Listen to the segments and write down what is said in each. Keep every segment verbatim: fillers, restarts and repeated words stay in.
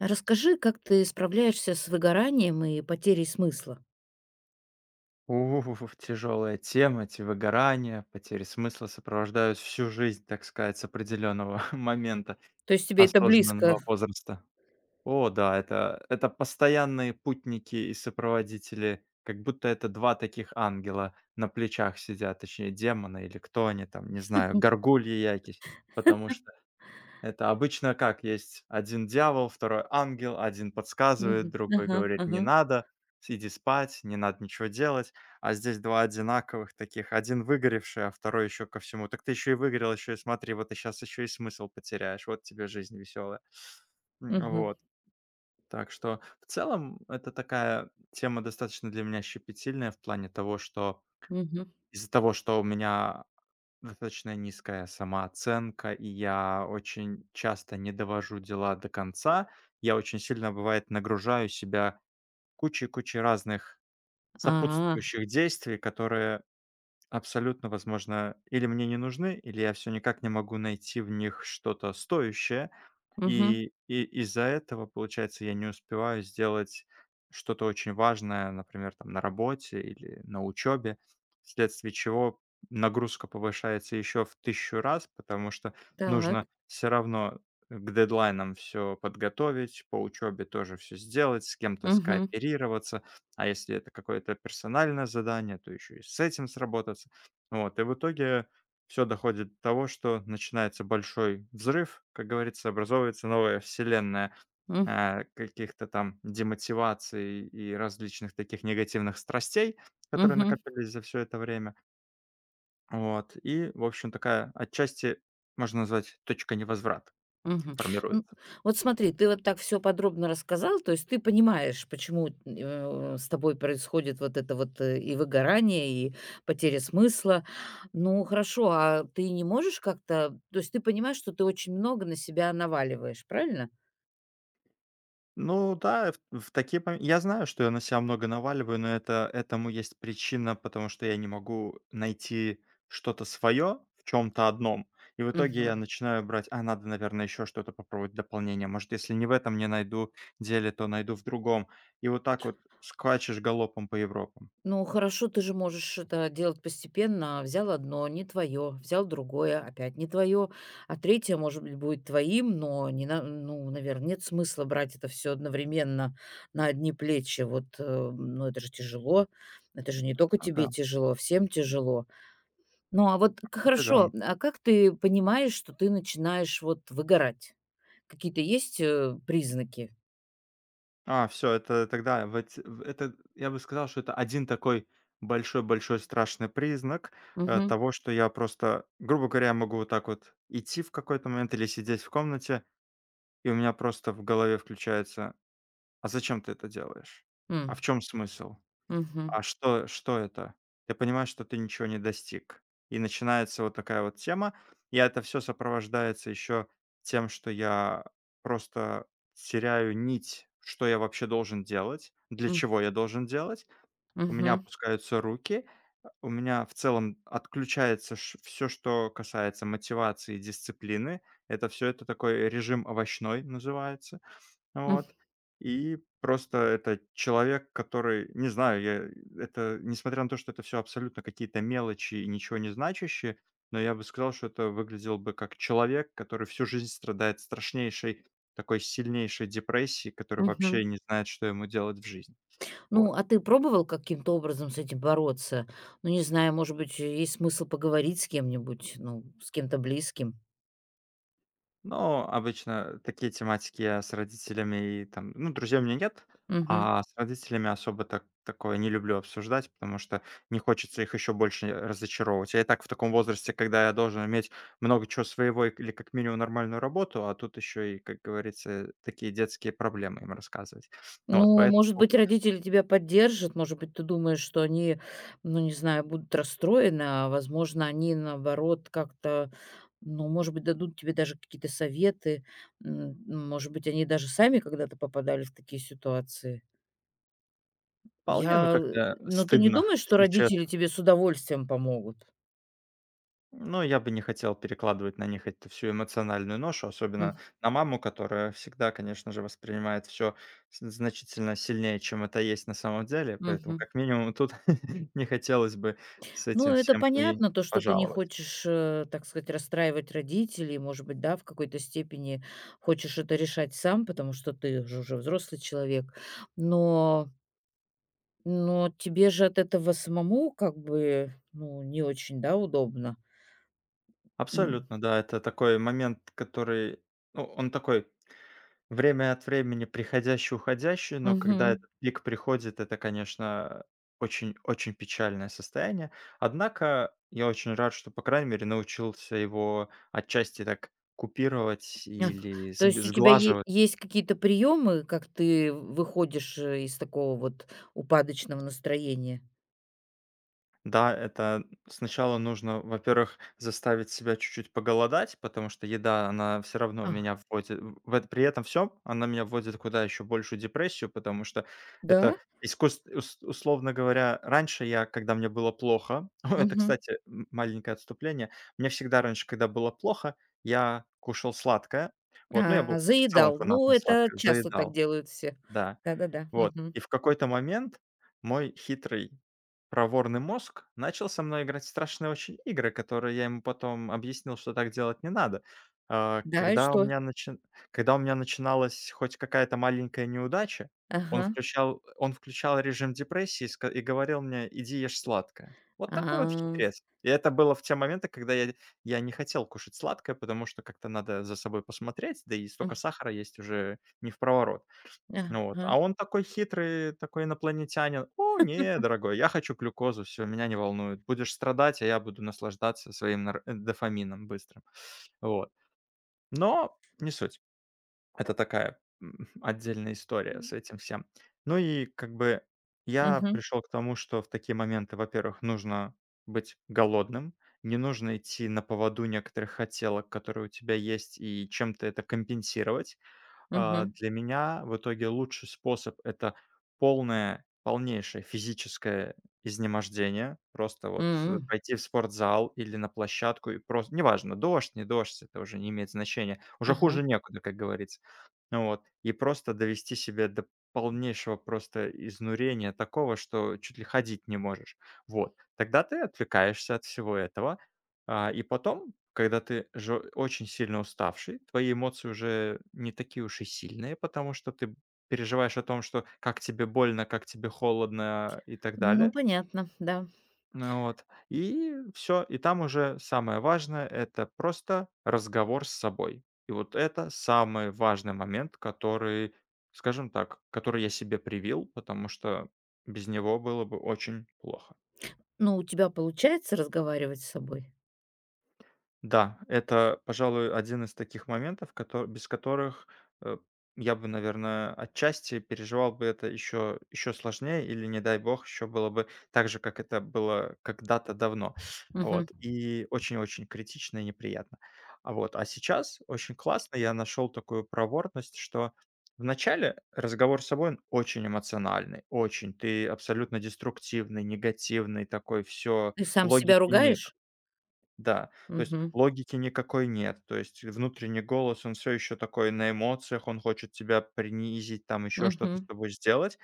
Расскажи, как ты справляешься с выгоранием и потерей смысла? Уф, тяжелая тема. Эти выгорания, потери смысла сопровождают всю жизнь, так сказать, с определенного момента То есть тебе это близко? осознанного возраста. О, да, это, это постоянные путники и сопроводители, как будто это два таких ангела на плечах сидят, точнее демона или кто они там, не знаю, Мгм. горгульи якись, потому это обычно как? Есть один дьявол, второй ангел, один подсказывает, Мгм. другой Ага, говорит: "Не ага. надо, с иди спать, не надо ничего делать". А здесь два одинаковых таких: один выгоревший, а второй еще ко всему: "Так ты еще и выгорел, еще и смотри, вот ты сейчас еще и смысл потеряешь, вот тебе жизнь веселая". М, Мгм. вот. Так что в целом это такая тема достаточно для меня щепетильная в плане того, что Мгм. из-за того, что у меня достаточно низкая самооценка, и я очень часто не довожу дела до конца. Я очень сильно, бывает, нагружаю себя кучей-кучей разных А. сопутствующих действий, которые абсолютно, возможно, или мне не нужны, или я все никак не могу найти в них что-то стоящее. Мгм. И и из-за этого, получается, я не успеваю сделать что-то очень важное, например, там на работе или на учебе, вследствие чего нагрузка повышается еще в тысячу раз, потому что Так. нужно все равно к дедлайнам все подготовить, по учебе тоже все сделать, с кем-то Мгм. скооперироваться, а если это какое-то персональное задание, то еще и с этим сработаться. Вот, и в итоге все доходит до того, что начинается большой взрыв, как говорится, образовывается новая вселенная, М. а, каких-то там демотиваций и различных таких негативных страстей, которые Мгм. накопились за все это время. Вот, и, в общем, такая отчасти, можно назвать, точка невозврата Мгм. М, формируется. вот смотри, ты вот так все подробно рассказал, то есть ты понимаешь, почему, э, с тобой происходит вот это вот, э, и выгорание, и потеря смысла. Ну, хорошо, а ты не можешь как-то то есть ты понимаешь, что ты очень много на себя наваливаешь, правильно? Ну да, в в такие момен я знаю, что я на себя много наваливаю, но это этому есть причина, потому что я не могу найти что-то свое в чем то одном. И в итоге я Мгм. начинаю брать: "А, надо, наверное, еще что-то попробовать в дополнение. Может, если не в этом не найду деле, то найду в другом". И вот так вот скачешь галопом по Европам. Ну, хорошо, ты же можешь это делать постепенно. Взял одно, не твое, взял другое, опять не твое, а третье, может быть, будет твоим, но не на, ну, наверное, нет смысла брать это все одновременно на одни плечи. Вот, э, ну, это же тяжело. Это же не только Ну да, тебе тяжело, всем тяжело. Ну, а вот к- хорошо, определенно. а как ты понимаешь, что ты начинаешь вот выгорать? Какие-то есть э, признаки? А, все, это тогда в эти в это, я бы сказал, что это один такой большой-большой страшный признак, э, Угу. того, что я просто, грубо говоря, я могу вот так вот идти в какой-то момент или сидеть в комнате, и у меня просто в голове включается: "А зачем ты это делаешь? А в Угу. чем смысл?" Угу. А что что это? Ты понимаешь, что ты ничего не достиг. И начинается вот такая вот тема. И это все сопровождается еще тем, что я просто теряю нить, что я вообще должен делать, для чего я должен делать. У меня Угу. опускаются руки, у меня в целом отключается все, что касается мотивации и дисциплины. Это все это такой режим овощной называется. Вот. И просто это человек, который, не знаю, я это, несмотря на то, что это все абсолютно какие-то мелочи и ничего не значащие, но я бы сказал, что это выглядело бы как человек, который всю жизнь страдает страшнейшей, такой сильнейшей депрессией, который Угу. вообще не знает, что ему делать в жизни. Ну, Вот. а ты пробовал каким-то образом с этим бороться? Ну, не знаю, может быть, есть смысл поговорить с кем-нибудь, ну, с кем-то близким. Но обычно такие тематики я с родителями и там, ну, друзей у меня нет, Мгм. а с родителями особо так такое не люблю обсуждать, потому что не хочется их еще больше э, разочаровывать. Я и так в таком возрасте, когда я должен иметь много чего своего и- или как минимум нормальную работу, а тут еще и, как говорится, такие детские проблемы им рассказывать. Вот, Ну, может поэтому быть, родители тебя поддержат, может быть, ты думаешь, что они, ну, не знаю, будут расстроены, а, возможно, они, наоборот, как-то, ну, может быть, дадут тебе даже какие-то советы, м, может быть, они даже сами когда-то попадали в такие ситуации. вполне, ну, Я, э, как-то ну, ты не стыдно, думаешь, что если родители честно. тебе с удовольствием помогут? Ну, я бы не хотел перекладывать на них эту всю эмоциональную ношу, М, особенно на маму, которая всегда, конечно же, воспринимает все значительно сильнее, чем это есть на самом деле. Поэтому, мгм. как минимум, тут не хотелось бы с Ну, этим это всем к ней понятно, то, что ты не пожаловать. хочешь, э, так сказать, расстраивать родителей, может быть, да, в какой-то степени хочешь это решать сам, потому что ты же уже взрослый человек. Но, но тебе же от этого самому как бы, ну, не очень, да, удобно. М. Абсолютно, да, это такой момент, который, ну, он такой время от времени приходящий, уходящий, но когда Мгм. этот пик приходит, это, конечно, очень очень печальное состояние. Однако я очень рад, что, по крайней мере, научился его отчасти так купировать А, или то сг есть у тебя е сглаживать. есть какие-то приемы, как ты выходишь, э, из такого вот упадочного настроения? Да, это сначала нужно, во-первых, заставить себя чуть-чуть поголодать, потому что еда, она все равно А, меня вводит, в в эт при этом всём она меня вводит куда еще большую депрессию, потому что да? это искусство, условно говоря, раньше я, когда мне было плохо, ну, это, Мгм. кстати, м маленькое отступление, мне всегда раньше, когда было плохо, я кушал сладкое. Вот, ну, я был А, в целом заедал. Ну, фанатом это сладкого, часто так заедал, делают все. да. Да-да-да. Вот. Мгм. И в какой-то момент мой хитрый, проворный мозг начал со мной играть в страшные очень игры, которые я ему потом объяснил, что так делать не надо. А, Да, и когда у что? меня начи когда у меня начиналась хоть какая-то маленькая неудача, он Ага. включал он включал режим депрессии и ска и говорил мне: "Иди ешь сладкое". Вот такой вот А. хитрец. И это было в те моменты, когда я я не хотел кушать сладкое, потому что как-то надо за собой посмотреть, да и столько М. сахара есть уже не впроворот. Ну вот, Ага. а он такой хитрый, такой инопланетянин: "О, не, дорогой, я хочу глюкозу, все, меня не волнует. Будешь страдать, а я буду наслаждаться своим нар э, дофамином быстрым". Вот, но не суть. Это такая, м, отдельная история с этим всем. Ну и как бы я Мгм. пришел к тому, что в такие моменты, во-первых, нужно быть голодным, не нужно идти на поводу некоторых хотелок, которые у тебя есть, и чем-то это компенсировать. А, Мгм. для меня в итоге лучший способ — это полное полнейшее физическое изнемождение. Просто вот, э, М. пойти в спортзал или на площадку и просто неважно, дождь, не дождь, это уже не имеет значения. Уже Ага. хуже некуда, как говорится. Ну вот. И просто довести себя до полнейшего просто изнурения такого, что чуть ли ходить не можешь. Вот. Тогда ты отвлекаешься от всего этого. А, и потом, когда ты же очень сильно уставший, твои эмоции уже не такие уж и сильные, потому что ты переживаешь о том, что как тебе больно, как тебе холодно и так Ну, далее. понятно, да. Ну вот. И все, и там уже самое важное — это просто разговор с собой. И вот это самый важный момент, который, скажем так, который я себе привил, потому что без него было бы очень плохо. Ну, у тебя получается разговаривать с собой? Да, это, пожалуй, один из таких моментов, кото без которых, э, я бы, наверное, отчасти переживал бы это еще еще сложнее или, не дай бог, еще было бы так же, как это было когда-то давно. Мгм. Вот, и очень-очень критично и неприятно. А вот, а сейчас очень классно я нашел такую проворность, что вначале разговор с собой, он очень эмоциональный, очень. Ты абсолютно деструктивный, негативный такой, все Ты сам себя логики нету. ругаешь? Да, то есть Мгм. логики никакой нет. То есть внутренний голос, он все еще такой на эмоциях, он хочет тебя принизить, там еще что-то с Мгм. тобой сделать.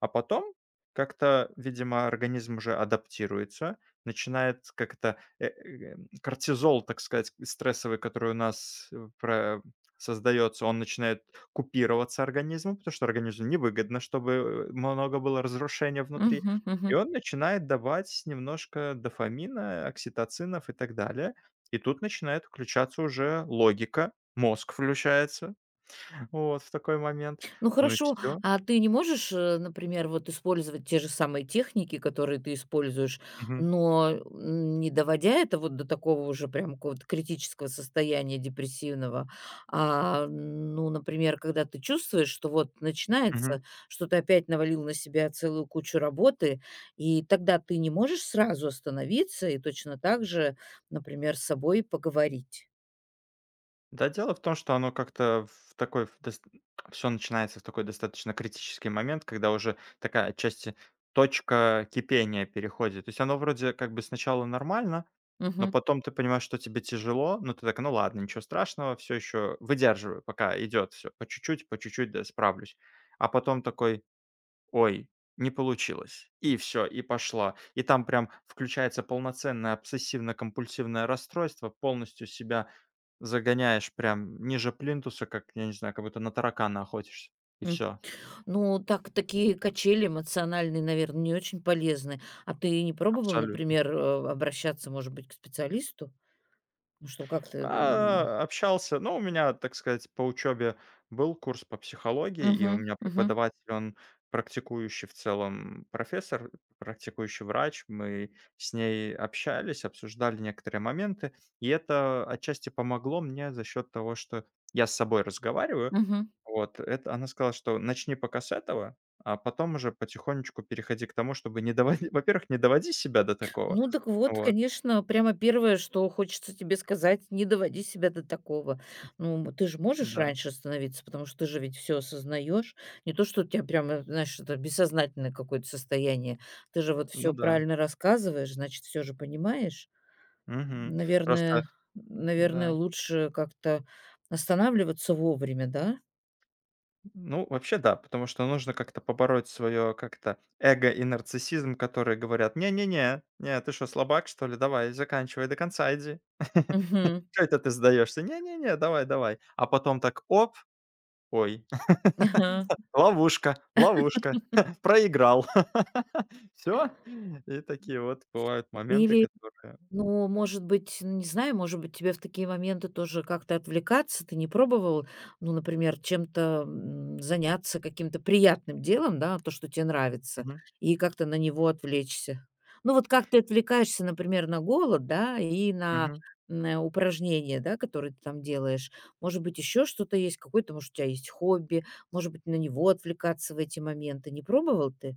А потом как-то, видимо, организм уже адаптируется, начинает как это, э, эм, кортизол, так сказать, стрессовый, который у нас, э, про создается, он начинает купироваться организмом, потому что организму невыгодно, чтобы, э, много было разрушения внутри. Мгм. И Мгм. он начинает давать немножко дофамина, окситоцинов и так далее. И тут начинает включаться уже логика, мозг включается, вот, в такой момент. Ну Ну и хорошо, все. а ты не можешь, э, например, вот использовать те же самые техники, которые ты используешь, но м, не доводя это вот до такого уже прям какого-то критического состояния депрессивного, а, ну, например, когда ты чувствуешь, что вот начинается, что ты опять навалил на себя целую кучу работы, и тогда ты не можешь сразу остановиться и точно так же, например, с собой поговорить. Да, дело в том, что оно как-то в такой все начинается в такой достаточно критический момент, когда уже такая отчасти точка кипения переходит. То есть оно вроде как бы сначала нормально, но Мгм. потом ты понимаешь, что тебе тяжело, но ты так: "Ну ладно, ничего страшного, все еще выдерживаю, пока идет все по чуть-чуть, по чуть-чуть, да, справлюсь". А потом такой: "Ой, не получилось". И все, и пошла. И там прям включается полноценное обсессивно-компульсивное расстройство, полностью себя загоняешь прям ниже плинтуса, как, я не знаю, как будто на таракана охотишься, и все, Ну, так такие качели эмоциональные, наверное, не очень полезны. А ты не пробовал, абсолютно. например, э, обращаться, может быть, к специалисту? Ну, чтобы как-то, м А, общался. Ну, у меня, так сказать, по учебе был курс по психологии, и Мгм, у меня мгм, преподаватель, он практикующий в целом профессор, практикующий врач. Мы с ней общались, обсуждали некоторые моменты, и это отчасти помогло мне за счет того, что я с собой разговариваю. мгм. Вот, это она сказала, что начни пока с этого, а потом уже потихонечку переходи к тому, чтобы не доводи, во-первых, не доводи себя до такого. Ну, так вот, Вот, конечно, прямо первое, что хочется тебе сказать: не доводи себя до такого. Ну, м, ты же можешь да, раньше остановиться, потому что ты же ведь все осознаешь. Не то, что у тебя прямо, знаешь, это бессознательное какое-то состояние. Ты же вот ну все да. правильно рассказываешь, значит, все же понимаешь. Мгм. Наверное Просто наверное, да. лучше как-то останавливаться вовремя, да? Ну, вообще, да, потому что нужно как-то побороть свое как-то эго и нарциссизм, которые говорят: "Не-не-не, не, ты что, слабак, что ли? Давай, заканчивай, до конца иди. Мгм. что это ты сдаешься? Не-не-не, давай, давай". А потом так оп, ой, Ага. ловушка, ловушка, проиграл. все, и такие вот бывают моменты, Или которые Ну, может быть, ну, не знаю, может быть, тебе в такие моменты тоже как-то отвлекаться. Ты не пробовал, ну, например, чем-то м, заняться каким-то приятным делом, да, то, что тебе нравится, мгм, и как-то на него отвлечься. Ну, вот как ты отвлекаешься, например, на голод, да, и на, мгм. на упражнения, да, которые ты там делаешь. Может быть, еще что-то есть, какое-то, может, у тебя есть хобби, может быть, на него отвлекаться в эти моменты. Не пробовал ты?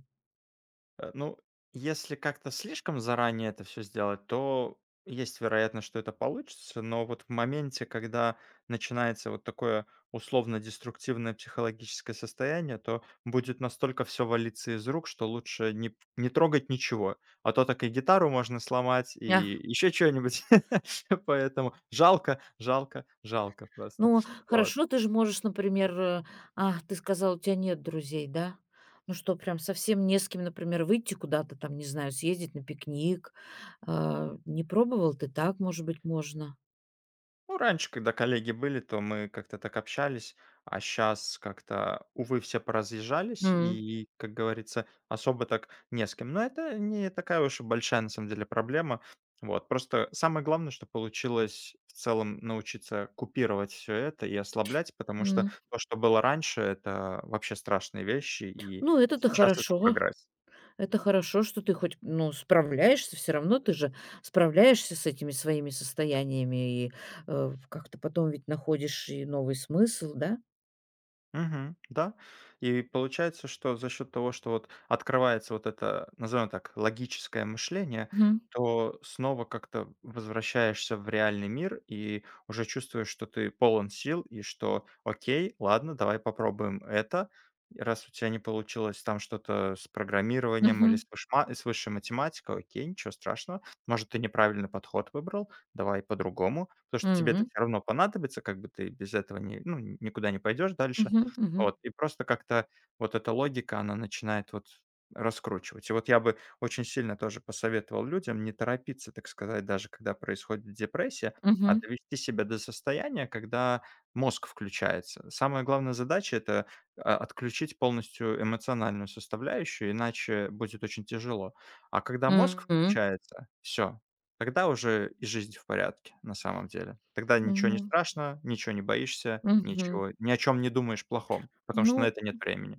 Э, ну, если как-то слишком заранее это все сделать, то есть вероятность, что это получится. Но вот в моменте, когда начинается вот такое условно-деструктивное психологическое состояние, то будет настолько все валиться из рук, что лучше не не трогать ничего. А то так и гитару можно сломать, и еще что нибудь. Поэтому жалко, жалко, жалко просто. Ну, Вот. хорошо, ты же можешь, например, э, а, ты сказал, у тебя нет друзей, да? Ну что, прям совсем не с кем, например, выйти куда-то там, не знаю, съездить на пикник. А, не пробовал ты так, может быть, можно? Ну, раньше, когда коллеги были, то мы как-то так общались, а сейчас как-то, увы, все поразъезжались, М, и, как говорится, особо так не с кем. Но это не такая уж и большая, на самом деле, проблема. Вот. Просто самое главное, что получилось в целом научиться купировать все это и ослаблять, потому что м. то, что было раньше, это вообще страшные вещи, и Ну, это-то сейчас это хорошо. прогресс. Это хорошо, что ты хоть, ну, справляешься, все равно ты же справляешься с этими своими состояниями и э, как-то потом ведь находишь и новый смысл, да? Мгм. Да. И получается, что за счет того, что вот открывается вот это, назовем так, логическое мышление, Мгм. то снова как-то возвращаешься в реальный мир и уже чувствуешь, что ты полон сил и что окей, ладно, давай попробуем это. И раз у тебя не получилось там что-то с программированием или Мгм. с, вышма- с высшей математикой, окей, ничего страшного. Может, ты неправильный подход выбрал, давай по-другому. Потому что тебе это Мгм. все равно понадобится, как бы ты без этого не, ну, никуда не пойдешь дальше. Мгм. Мгм. Вот, и просто как-то вот эта логика, она начинает вот раскручивать. И вот я бы очень сильно тоже посоветовал людям не торопиться, так сказать, даже когда происходит депрессия, а Мгм. довести себя до состояния, когда мозг включается. Самая главная задача — это, а, отключить полностью эмоциональную составляющую, иначе будет очень тяжело. А когда мозг Мгм. включается, все. Тогда уже и жизнь в порядке, на самом деле. Тогда ничего не Ну, страшно, ничего не боишься, Мгм. ничего ни о чем не думаешь плохом, потому что на Ну, это нет времени.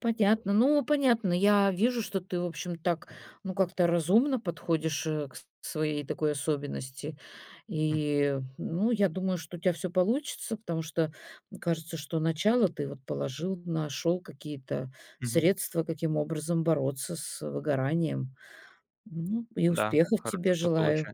понятно. Ну, понятно. Я вижу, что ты, в общем, так, ну, как-то разумно подходишь э, к с- своей такой особенности. М, И, ну, я думаю, что у тебя все получится, потому что мне кажется, что начало ты вот положил, нашел какие-то мгм. средства, каким образом бороться с выгоранием. Ну, и Да, успехов хорошо, тебе что желаю. получа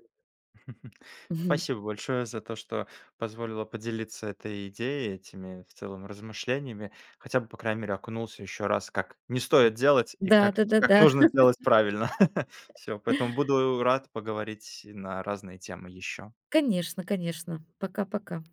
Мгм. спасибо большое за то, что позволила поделиться этой идеей, этими в целом размышлениями. Хотя бы, по крайней мере, окунулся еще раз, как не стоит делать и Да, как да, да, как да. нужно делать правильно. Все, поэтому буду рад поговорить на разные темы еще. Конечно, конечно. Пока-пока.